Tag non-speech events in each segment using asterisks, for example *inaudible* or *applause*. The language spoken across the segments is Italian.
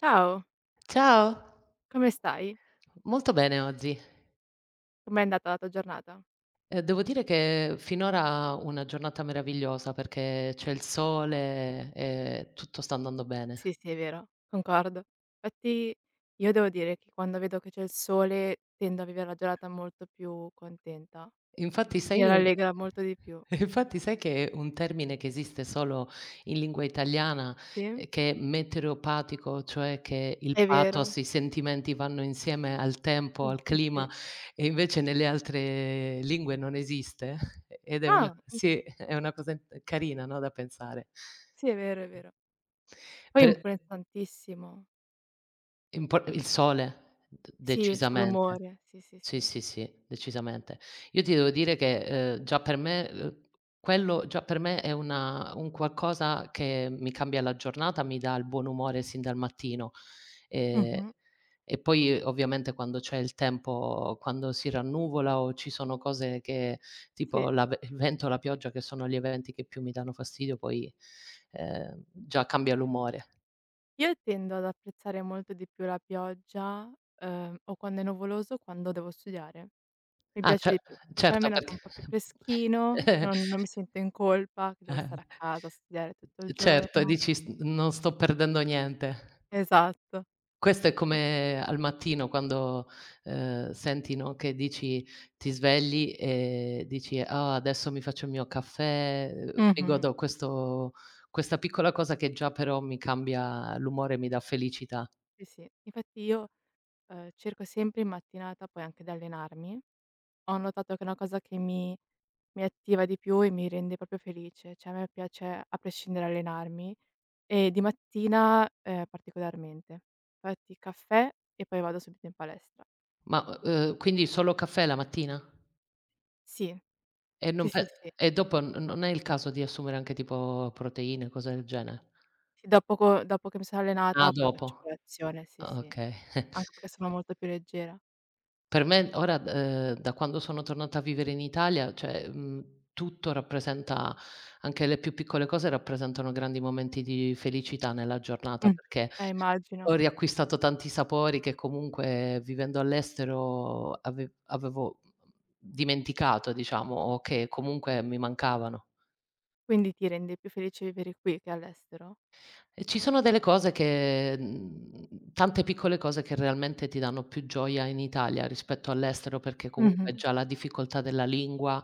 Ciao, Ciao, come stai? molto bene oggi. Com'è andata la tua giornata? Devo dire che finora una giornata meravigliosa perché c'è il sole e tutto sta andando Sì, bene. sì, è vero, concordo. Infatti io devo dire che quando vedo che c'è il sole tendo a vivere la giornata molto più contenta. Infatti Mi sai un rallegra molto *laughs* di più. Infatti sai che un termine che esiste solo in lingua italiana, Sì, che è metereopatico, cioè che il è vero. pathos, i sentimenti vanno insieme al tempo, Sì, al sì, sì. clima e invece nelle altre lingue non esiste *laughs* ed è una, Ah, in sì, è una cosa in carina, no, da pensare. sì, è vero, è vero. Poi Per influenza tantissimo. in po il sole, d Sì, decisamente. sull'umore. Sì, sì, Sì, sì. sì, sì, decisamente. Io ti devo dire che, già per me, quello già per me è una un qualcosa che mi cambia la giornata, mi dà il buon umore sin dal mattino. Ehm, Mh-mh. e poi ovviamente quando c'è il tempo, quando si rannuvola o ci sono cose che tipo Sì. la ve il vento, la pioggia che sono gli eventi che più mi danno fastidio, poi, già cambia l'umore. Io tendo ad apprezzare molto di più la pioggia, o quando è nuvoloso o quando devo studiare. Mi Ah, piace di più, perché certo, almeno fa perché un po' più freschino, non *laughs* mi sento in colpa che devo eh, stare a casa a studiare tutto il certo, e giorno. dici: "S Non sto perdendo niente". Esatto. Questo è E come al mattino quando, senti, no, che dici, ti svegli e dici: "Ah, adesso mi faccio il mio caffè, mi mh-mh. godo questo questa piccola cosa che già però mi cambia l'umore, mi dà felicità". Sì, sì. Infatti io, cerco sempre in mattinata poi anche di allenarmi. Ho notato che è una cosa che mi attiva di più e mi rende proprio felice, cioè a me piace a prescindere allenarmi e di mattina, particolarmente. Infatti caffè e poi vado subito in palestra. Ma, quindi solo caffè la mattina? Sì, E non sì, pe sì, sì. e dopo n non è il caso di assumere anche tipo proteine, cose del genere? Sì, da poco dopo che mi sono Ah, allenata poi dopo. faccio colazione, sì, Ah, sì, okay. anche perché sono molto più leggera. Per me ora, d da quando sono tornata a vivere in Italia, cioè, tutto rappresenta, anche le più piccole cose rappresentano grandi momenti di felicità nella giornata, Mh. perché ho Immagino. riacquistato tanti sapori che comunque, vivendo all'estero, avevo dimenticato, diciamo, o che comunque mi mancavano. Quindi ti rende più felice vivere qui che all'estero? E ci sono delle cose che, tante piccole cose che realmente ti danno più gioia in Italia rispetto all'estero, perché comunque Mh-mh. già la difficoltà della lingua,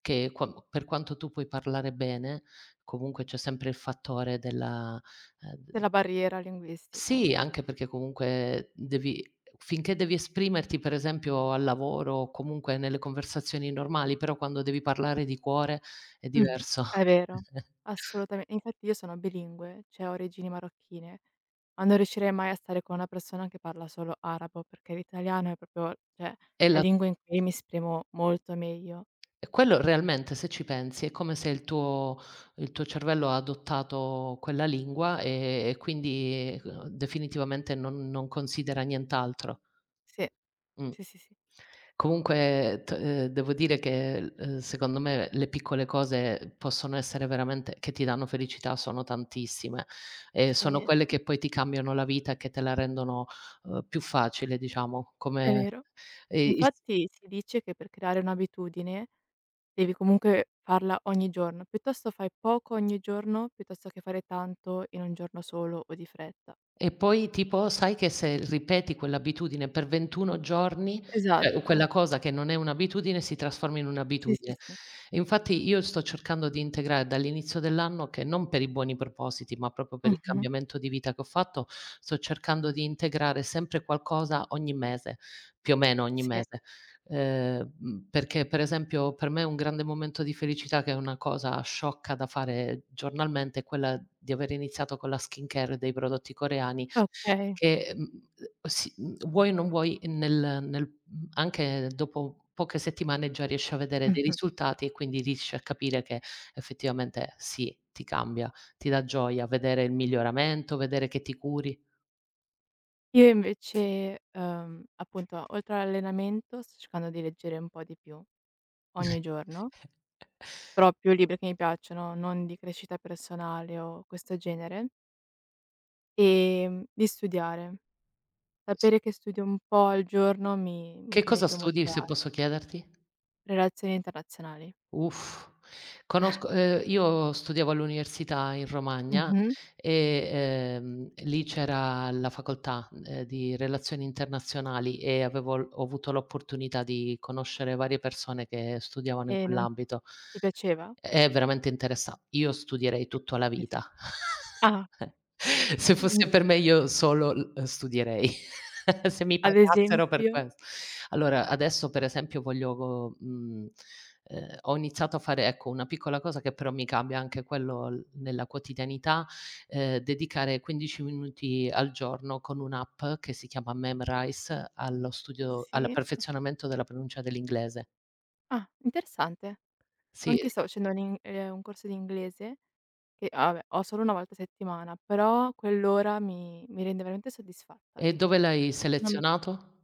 che qua per quanto tu puoi parlare bene, comunque c'è sempre il fattore della. D Della barriera linguistica. Sì, anche perché comunque devi finché devi esprimerti, per esempio al lavoro o comunque nelle conversazioni normali, però quando devi parlare di cuore è Mh-mh. diverso. È vero, *laughs* assolutamen infatti io sono bilingue, cioè ho origini marocchine, ma non riuscirei mai a stare con una persona che parla solo arabo, perché l'italiano è proprio cioè E la la lingua in cui mi esprimo molto meglio. E quello realmente, se ci pensi, è come se il tuo cervello ha adottato quella lingua, e quindi, definitivamente non considera nient'altro. Sì. Mh. Sì, sì, sì. Comunque, t devo dire che, secondo me le piccole cose possono essere veramente, che ti danno felicità sono tantissime e sono Sì, quelle che poi ti cambiano la vita e che te la rendono, più facile, diciamo, è come vero. e il Infatti si dice che per creare un'abitudine devi comunque farla ogni giorno, piuttosto fai poco ogni giorno, piuttosto che fare tanto in un giorno solo o di fretta. e poi tipo sai che, se ripeti quell'abitudine per 21 giorni, cioè quella Esatto. cosa che non è un'abitudine si trasforma in Sì, sì, un'abitudine. sì. E infatti io sto cercando di integrare dall'inizio dell'anno, che non per i buoni propositi, ma proprio per il Mh-mh. cambiamento di vita che ho fatto, sto cercando di integrare sempre qualcosa ogni mese, più o meno ogni Sì. mese. Perché per esempio per me un grande momento di felicità, che è una cosa sciocca da fare giornalmente, è quella di aver iniziato con la skincare dei prodotti coreani Okay. che, si, vuoi o non vuoi, anche dopo poche settimane già riesci a vedere dei Mh-mh. risultati, e quindi riesci a capire che effettivamente sì, ti cambia, ti dà gioia vedere il miglioramento, vedere che ti curi. Io invece, appunto oltre all'allenamento sto cercando di leggere un po' di più ogni giorno, *laughs* però più libri che mi piacciono, non di crescita personale o questo genere, di studiare. S Sapere che studio un po' al giorno mi Che tiene cosa più studi, se motivata. posso chiederti? Relazioni internazionali. Uff. Conosco Io studiavo all'università in Romagna Mh-mh. e, lì c'era la facoltà, di relazioni internazionali, e avevo l ho avuto l'opportunità di conoscere varie persone che studiavano in E non quell'ambito. ti piaceva? È veramente interessa, io studierei tutto la Sì, sì, sì. vita. *laughs* Ah. Se Mh, fosse per me io solo, l studierei, *laughs* se mi ad pagassero per esempio? questo. Allora, adesso per esempio ho iniziato a fare, ecco, una piccola cosa che però mi cambia anche quello, l nella quotidianità, dedicare 15 minuti al giorno con un'app che si chiama Memrise, allo studio, al Sì. O perfezionamento della pronuncia dell'inglese. ah, interessante. Sì, Anch'io l stavo facendo un in un corso di inglese che ah, vabbè, ho solo 1 volta a settimana, però quell'ora mi rende veramente soddisfatta. e Dico dove l'hai no mi selezionato?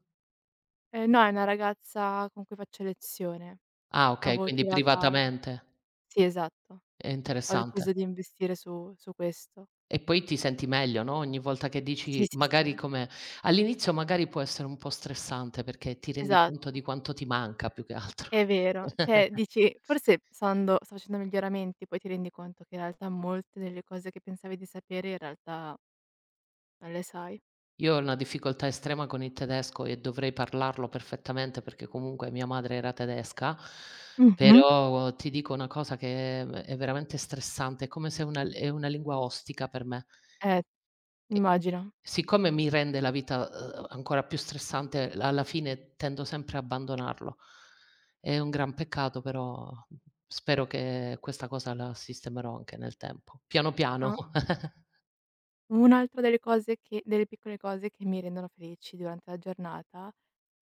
no, è una ragazza con cui faccio lezione. Ah, okay, L'avevo quindi trovata privatamente. sì, esatto. È Ho interessante. deciso di investire su questo. E poi ti senti meglio, no, ogni volta che Sì, dici, sì, magari sì, come all'inizio magari può essere un po' stressante, perché ti rendi esatto, conto di quanto ti manca più che altro. è vero. Cioè *laughs* dici: "Forse stando sto facendo miglioramenti", poi ti rendi conto che in realtà molte delle cose che pensavi di sapere in realtà non le sai. Io ho una difficoltà estrema con il tedesco, e dovrei parlarlo perfettamente perché comunque mia madre era tedesca, Mh-mh. però ti dico una cosa che è veramente stressante, è come se una è una lingua ostica per me. Eh, immagino. Siccome mi rende la vita, ancora più stressante, l alla fine tendo sempre a abbandonarlo. È un gran peccato, però spero che questa cosa la sistemerò anche nel tempo, piano piano. Ah, *laughs* un'altra delle cose che delle piccole cose che mi rendono felici durante la giornata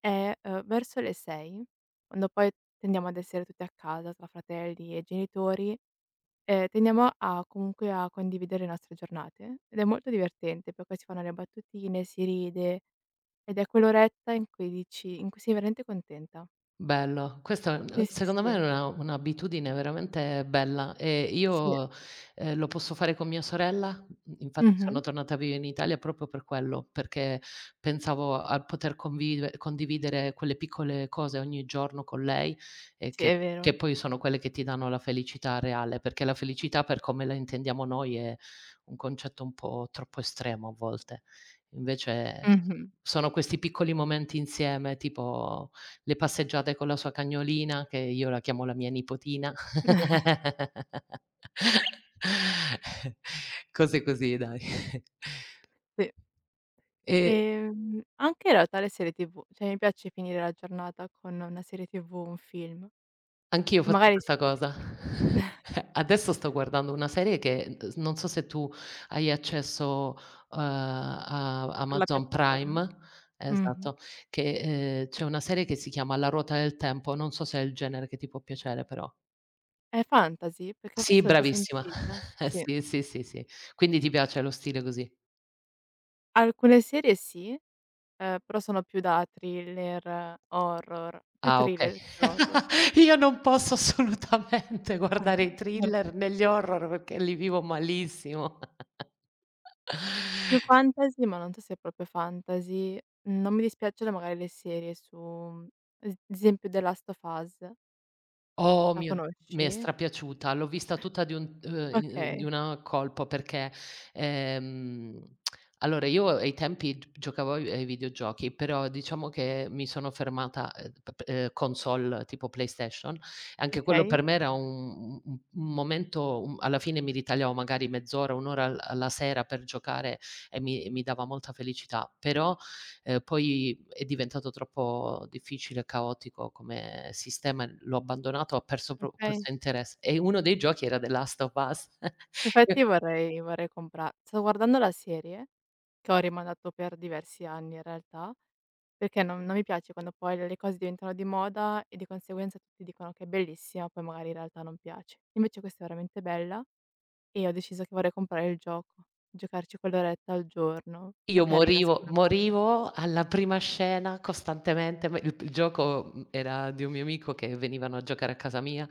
è, verso le 6, quando poi tendiamo ad essere tutti a casa tra fratelli e genitori. Tendiamo a comunque a condividere le nostre giornate ed è molto divertente perché si fanno le battutine, si ride ed è quell'oretta in cui dici in cui sei veramente contenta. Bello, questa, Sì, sì, secondo me, è sì. una un'abitudine veramente bella, e Sì. io, lo posso fare con mia sorella, infatti Mh-mh. sono tornata a vivere in Italia proprio per quello, perché pensavo a poter convive condividere quelle piccole cose ogni giorno con lei, e Sì, che è che vero. poi sono quelle che ti danno la felicità reale, perché la felicità, per come la intendiamo noi, è un concetto un po' troppo estremo a volte. Invece s Mh-mh. sono questi piccoli momenti insieme, tipo le passeggiate con la sua cagnolina, che io la chiamo la mia nipotina. *laughs* *laughs* Cose così, dai. Sì. E Anche in realtà le serie TV, cioè mi piace finire la giornata con una serie TV, un film, anch'io che faccio magari questa sì, cosa. *laughs* Adesso sto guardando una serie che, s non so se tu hai accesso, a per la Amazon piattaforma. Prime, Mh-mh. esatto, che, c'è una serie che si chiama La ruota del tempo, non so se è il genere che ti può piacere però. È fantasy? Perché Sì, forse l'ho già bravissima. sentita. Eh Sì. sì, sì, sì, sì. Quindi ti piace lo stile così? Alcune serie sì. Però sono più da thriller, horror, più Ah, okay. thriller che horror. *laughs* Io non posso assolutamente guardare i *unintelligible* thriller né gli horror, perché li vivo malissimo. Più fantasy, ma non so se è proprio fantasy. Non mi dispiacciono magari le serie su ad esempio The Last of Us, Oh la mio d Mi è conosci? strapiaciuta. L'ho vista tutta di un i di Okay, una colpo, perché, ehm, allora io ai tempi g giocavo ai videogiochi, però diciamo che mi sono fermata, p p console tipo PlayStation, e anche quello okay, per me era un momento un alla fine mi ritagliavo magari mezz'ora, 1 ora al alla sera, per giocare, e mi dava molta felicità. Però, poi è diventato troppo difficile, caotico come sistema, l'ho abbandonato, ho okay. perso interesse. E uno dei giochi era The Last of Us. Infatti *laughs* vorrei compra sto guardando la serie, che ho rimandato per diversi anni in realtà, perché non mi piace quando poi le cose diventano di moda e di conseguenza tutti dicono che è bellissima, poi magari in realtà non piace. Invece questa è veramente bella e ho deciso che vorrei comprare il gioco, giocarci quell'oretta al giorno. È Io carina morivo, secondo me. morivo alla prima scena, costantemente, poi il gioco, era di un mio amico che venivano a giocare a casa mia,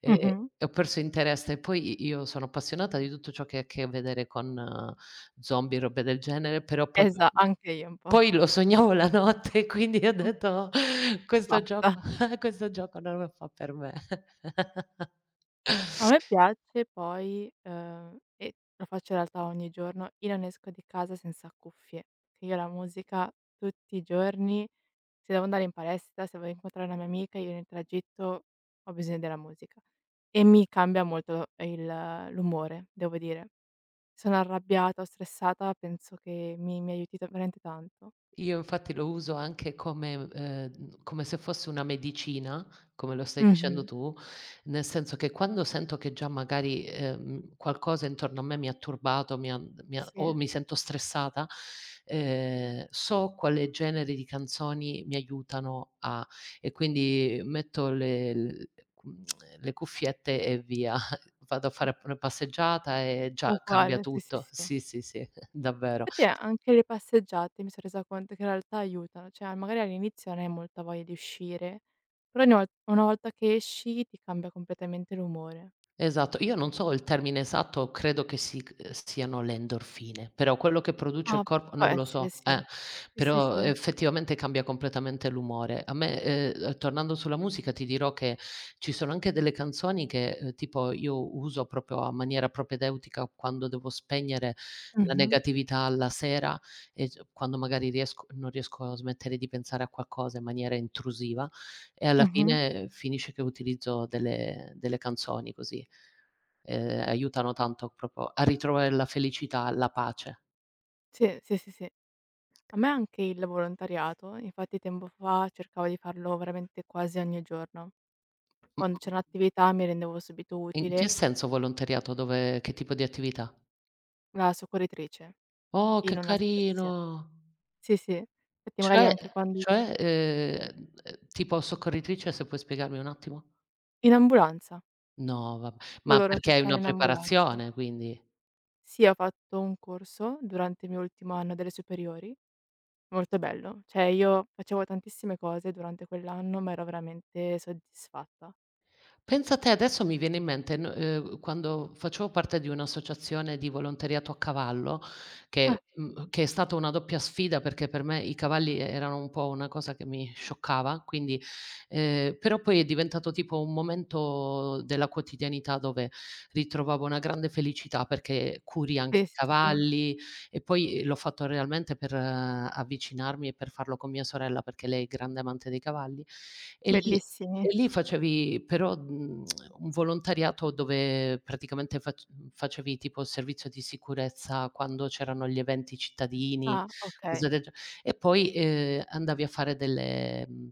ehm, Mh-mh. e ho perso interesse. E poi i io sono appassionata di tutto ciò che ha a che vedere con, zombie, robe del genere, però poi Esa anche io un po'. poi lo sognavo la notte, *laughs* quindi ho Mh, detto: "Oh, questo basta. gioco *laughs* questo gioco non lo fa per me." *laughs* A me piace poi, e lo faccio in realtà ogni giorno, io non esco di casa senza cuffie. Io la musica tutti i giorni, se devo andare in palestra, se vado a incontrare una mia amica, io nel tragitto ho bisogno della musica e mi cambia molto il l'umore, devo dire. Sono arrabbiata o stressata, penso che mi aiuti ta veramente tanto. Io infatti lo uso anche come se fosse una medicina, come lo stai dicendo Mh-mh. tu, nel senso che quando sento che già magari, qualcosa intorno a me mi ha turbato, mi ha o Sì, mi sento stressata, so quale genere di canzoni mi aiutano, a e quindi metto mhmm, le cuffiette e via. *laughs* Vado a fare una passeggiata e già cambia uguale, sì, sì, tutto. sì. Sì, sì, sì, *laughs* davvero. Infatti a anche le passeggiate mi son resa conto che in realtà aiutano, cioè magari all'inizio non hai molta voglia di uscire, però ogni vol una volta che esci ti cambia completamente l'umore. Esatto. Io non so il termine esatto, credo che si c siano le endorfine, però quello che produce il Ah, corpo può non lo so, essere sì. Sì, sì, però sì. effettivamente cambia completamente l'umore. A me, tornando sulla musica, ti dirò che ci sono anche delle canzoni che, tipo io uso proprio a maniera propedeutica quando devo spegnere la Mh-mh. negatività alla sera, e c quando magari riesco non riesco a smettere di pensare a qualcosa in maniera intrusiva, e alla Mh-mh. fine finisce che utilizzo delle canzoni così. Aiutano tanto proprio a ritrovare la felicità, la pace. Sì, sì, sì, sì. A me anche il volontariato, infatti tempo fa cercavo di farlo veramente quasi ogni giorno. Quando Mh-mh. c'era un'attività mi rendevo subito In utile, che senso volontariato? Dove, che tipo di attività? una soccorritrice Oh, in che un'associazio carino! sì, sì. Infatti magari Cioè anche quando tipo soccorritrice, se puoi spiegarmi un attimo? in ambulanza. No, vabb ma Coloro che perché hai una stanno in ambulanza. preparazione, quindi? Sì, ho fatto un corso durante il mio ultimo anno delle superiori, molto bello. Cioè io facevo tantissime cose durante quell'anno, ma ero veramente soddisfatta. Pensa te, adesso mi viene in mente, n quando facevo parte di un'associazione di volontariato a cavallo, Ah, che che è stata una doppia sfida, perché per me i cavalli erano un po' una cosa che mi scioccava, quindi, però poi è diventato tipo un momento della quotidianità dove ritrovavo una grande felicità, perché curi anche sì, i sì, sì, cavalli, e poi l'ho fatto realmente per, avvicinarmi e per farlo con mia sorella, perché lei è grande amante dei cavalli, e lì bellissimi. e lì facevi però, un volontariato dove praticamente, facevi tipo servizio di sicurezza quando c'erano gli eventi cittadini, Ah, cose okay. del ge e poi, andavi a fare delle, mhmm,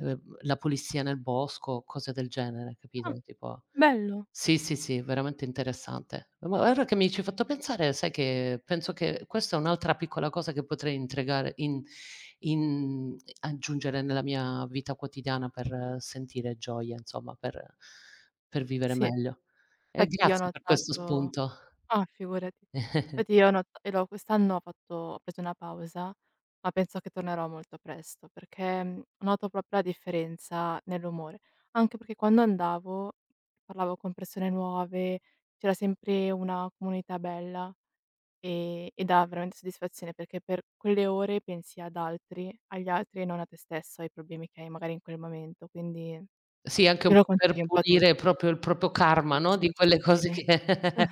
ehm, la pulizia nel bosco, cose del genere, Ah, capito, tipo, bello. sì, sì, sì, veramente interessante. Ma guarda, che mi ci hai fatto pensare, sai che penso che questa è un'altra piccola cosa che potrei intrigare, in in aggiungere nella mia vita quotidiana, per sentire gioia, insomma, per vivere Sì, meglio. E infatti io ho grazie per questo notato spunto. ah, figurati. Infatti io no e l'ho quest'anno ho fatto ho preso una pausa, ma penso che tornerò molto presto perché, noto proprio la differenza nell'umore. Anche perché quando andavo parlavo con persone nuove, c'era sempre una comunità bella, e dà veramente soddisfazione perché per quelle ore pensi ad altri agli altri e non a te stesso, ai problemi che hai magari in quel momento, quindi Sì, anche un io lo po' per consiglio un po' a pulire tutti. proprio il proprio karma, no, di Sì, sì, quelle cose sì. che *laughs*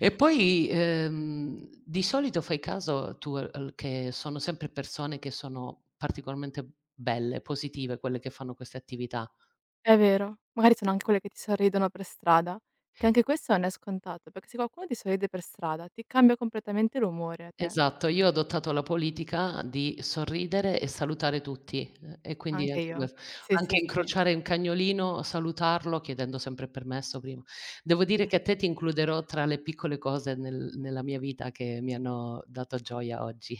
e poi, di solito fai caso tu al al che sono sempre persone che sono particolarmente belle, positive, quelle che fanno queste attività. È vero. Magari sono anche quelle che ti sorridono per strada, che anche questo non è scontato, perché se qualcuno ti sorride per strada ti cambia completamente l'umore a te. Esatto, io ho adottato la politica di sorridere e salutare tutti, e quindi Anche anche io. ques Sì, anche sì, sì. incrociare un cagnolino, salutarlo chiedendo sempre il permesso prima. Devo dire che a te ti includerò tra le piccole cose nella mia vita che mi hanno dato gioia oggi.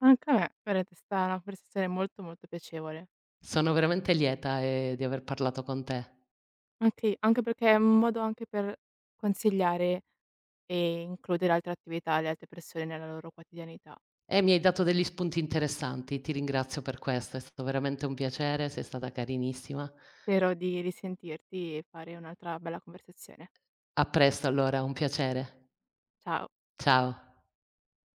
Anche a me, veramente è stata una conversazione molto, molto piacevole. Sono veramente lieta, di aver parlato con te, Anche i anche perché è un modo anche per consigliare e includere altre attività alle altre persone nella loro quotidianità. e mi hai dato degli spunti interessanti, ti ringrazio per questo, è stato veramente un piacere, sei stata carinissima. Spero di risentirti e fare un'altra bella conversazione. A presto allora, un piacere. Ciao. Ciao.